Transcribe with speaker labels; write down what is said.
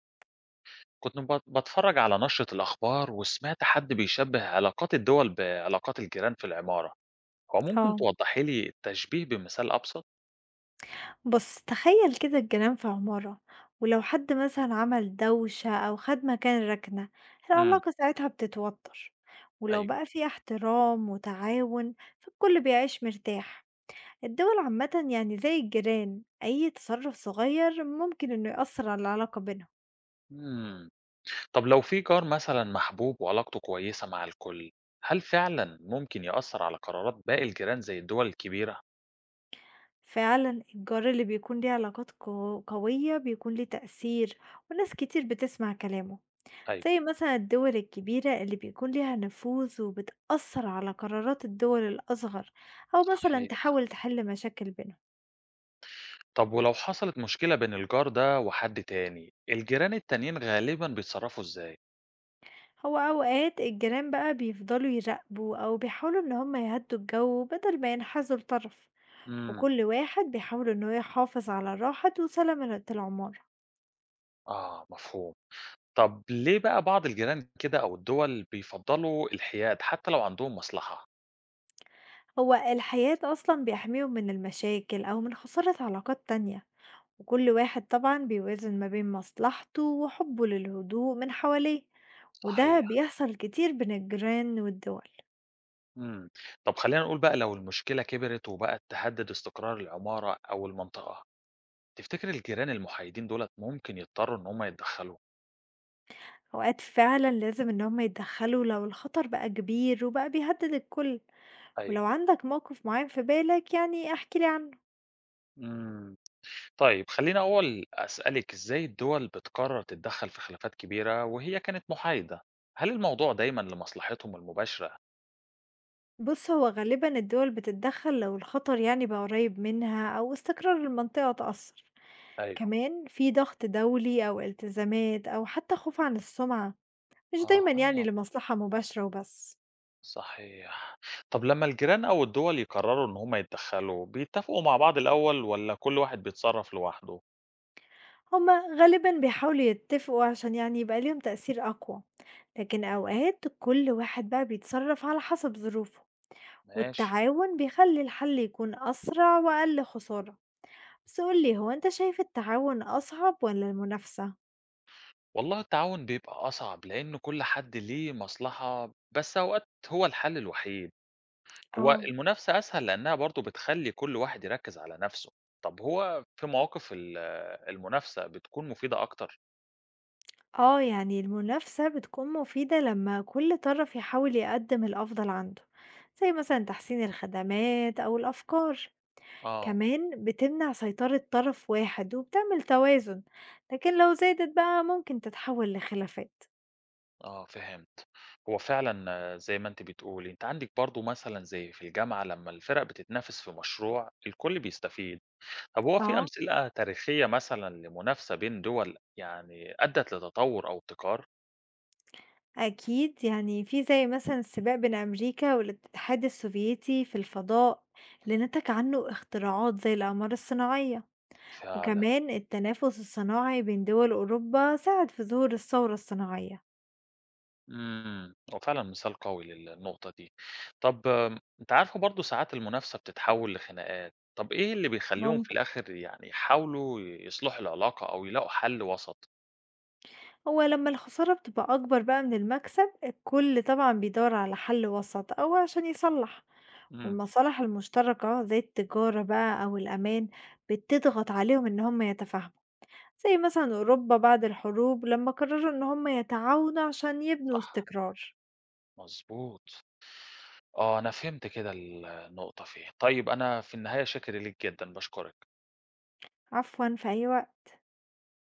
Speaker 1: كنت بتفرج على نشرة الأخبار وسمعت حد بيشبه علاقات الدول بعلاقات الجيران في العمارة. هو ممكن
Speaker 2: آه،
Speaker 1: توضحي لي التشبيه بمثال أبسط؟
Speaker 2: بُص تخيّل كده الجيران في عمارة، ولو حد مثلًا عمل دوشة أو خد مكان ركنة،
Speaker 1: امم،
Speaker 2: العلاقة ساعتها بتتوتر، ولو
Speaker 1: أيوه.
Speaker 2: بقى في احترام وتعاون فالكل بيعيش مرتاح. الدول عامةً يعني زي الجيران، أي تصرف صغير ممكن إنه يأثر على العلاقة بينهم.
Speaker 1: امم طب لو في جار مثلا محبوب وعلاقته كويسة مع الكل، هل فعلا ممكن يأثر على قرارات باقي الجيران زي الدول الكبيرة؟
Speaker 2: فعلًا الجار اللي بيكون ليه علاقات قوية بيكون ليه تأثير وناس كتير بتسمع كلامه.
Speaker 1: أيوه،
Speaker 2: زي مثلًا الدول الكبيرة اللي بيكون ليها نفوذ وبتأثّر على قرارات الدول الأصغر، أو مثلًا
Speaker 1: صحيح.
Speaker 2: تحاول تحل مشاكل بينهم.
Speaker 1: طب ولو حصلت مشكلة بين الجار ده وحد تاني، الجيران التانيين غالبا بيتصرفوا إزاي؟
Speaker 2: هو أوقات الجيران بقى بيفضلوا يراقبوا أو بيحاولوا إن هم يهدّوا الجو بدل ما ينحازوا لطرف،
Speaker 1: امم،
Speaker 2: وكل واحد بيحاول إن هو يحافظ على راحة وسلامة العمارة.
Speaker 1: آه مفهوم. طب ليه بقى بعض الجيران كده أو الدول بيفضّلوا الحياد حتى لو عندهم مصلحة؟
Speaker 2: هو الحياة أصلًا بيحميهم من المشاكل أو من خسارة علاقات تانية، وكل واحد طبعًا بيوازن ما بين مصلحته وحبه للهدوء من حواليه. وده
Speaker 1: صحيح.
Speaker 2: بيحصل كتير بين الجيران والدول.
Speaker 1: إمم. طب خلّينا نقول بقى لو المشكلة كبرت وبقت تهدد استقرار العمارة أو المنطقة، تفتكر الجيران المحايدين دُولة ممكن يضطروا إن هم يتدخّلوا؟
Speaker 2: أوقات فعلا لازم إن هما يتدخلوا لو الخطر بقى كبير وبقى بيهدد الكل. ولو
Speaker 1: أيوه.
Speaker 2: عندك موقف معين في بالك يعني احكي لي عنه.
Speaker 1: إمم. طيب خلّيني أول أسألِك إزاي الدول بتقرر تتدخّل في خلافات كبيرة وهي كانت محايدة؟ هل الموضوع دايمًا لمصلحتهم المباشرة؟
Speaker 2: بص هو غالبا الدول بتتدخل لو الخطر يعني بقى قريب منها أو استقرار المنطقة اتأثر.
Speaker 1: أيوه.
Speaker 2: كمان في ضغط دولي أو التزامات أو حتى خوف عن السمعة، مش
Speaker 1: أها.
Speaker 2: دايما يعني لمصلحة مباشرة وبس.
Speaker 1: صحيح. طب لمّا الجيران أو الدول يقرروا إن هم يتدخلوا، بيتفقوا مع بعض الأول والّا كل واحد بيتصرف لوحده؟
Speaker 2: هما غالبا بيحاولوا يتفقوا عشان يعني يبقى ليهم تأثير أقوى، لكن أوقات كل واحد بقى بيتصرف على حسب ظروفه.
Speaker 1: ماشي.
Speaker 2: والتعاون بيخلي الحل يكون أسرع وأقل خسارة. بس قولي، هو أنت شايف التعاون أصعب ولا المنافسة؟
Speaker 1: والله التعاون بيبقى أصعب لأن كل حد ليه مصلحة، بس أوقات هو الحل الوحيد. هو
Speaker 2: اه
Speaker 1: المنافسة أسهل لأنها برضه بتخلّي كل واحد يركّز على نَفْسه. طب هو في مواقف المنافسة بتكون مفيدة أكتر؟
Speaker 2: اه. يعني المنافسة بتكون مفيدة لما كل طرف يحاول يقدم الأفضل عنده، زي مثلا تحسين الخدمات أو الأفكار.
Speaker 1: آه.
Speaker 2: كمان بتمنع سيطرة طرف واحد وبتعمل توازن، لكن لو زادت بقى ممكن تتحول لخلافات.
Speaker 1: آه فهمت. هو فعلًا، زي ما أنتِ بتقولي، أنتِ عندِك برضه مثلًا زي في الجامعة لمّا الفرق بتتنافس في مشروع الكل بيستفيد. طب هو في
Speaker 2: اه
Speaker 1: أمثلة تاريخية مثلًا لمنافسة بين دول يعني أدّت لتطور أو ابتكار؟
Speaker 2: أكيد، يعني في زي مثلا السباق بين أمريكا والاتحاد السوفيتي في الفضاء اللي نتج عنه اختراعات زي الأقمار الصناعية.
Speaker 1: فعلًا.
Speaker 2: وكمان التنافس الصناعي بين دول أوروبا ساعد في ظهور الثورة الصناعية.
Speaker 1: هو فعلًا مثال قوي للنقطة دي. طب أنتِ عارفة برضه ساعات المنافسة بتتحول لخناقات، طب إيه اللي بيخلّيهم في
Speaker 2: ممكن،
Speaker 1: الآخر يعني يحاولوا يصلحوا العلاقة أو يلاقوا حل وسط؟
Speaker 2: هو لما الخسارة بتبقى أكبر بقى من المكسب الكل طبعا بيدور على حل وسط أو عشان يصلح.
Speaker 1: إمم،
Speaker 2: والمصالح المشتركة زي التجارة بقى أو الأمان بتضغط عليهم إن هم يتفاهموا، زي مثلًا أوروبا بعد الحروب لمّا قرروا إن هم يتعاونوا عشان يبنوا
Speaker 1: صح،
Speaker 2: استقرار.
Speaker 1: مضبوط. آه، أنا فهمت كده النقطة فين. طيب أنا في النهاية شاكر ليك جدًا، باشكرك.
Speaker 2: عفوًا، في أي وقت.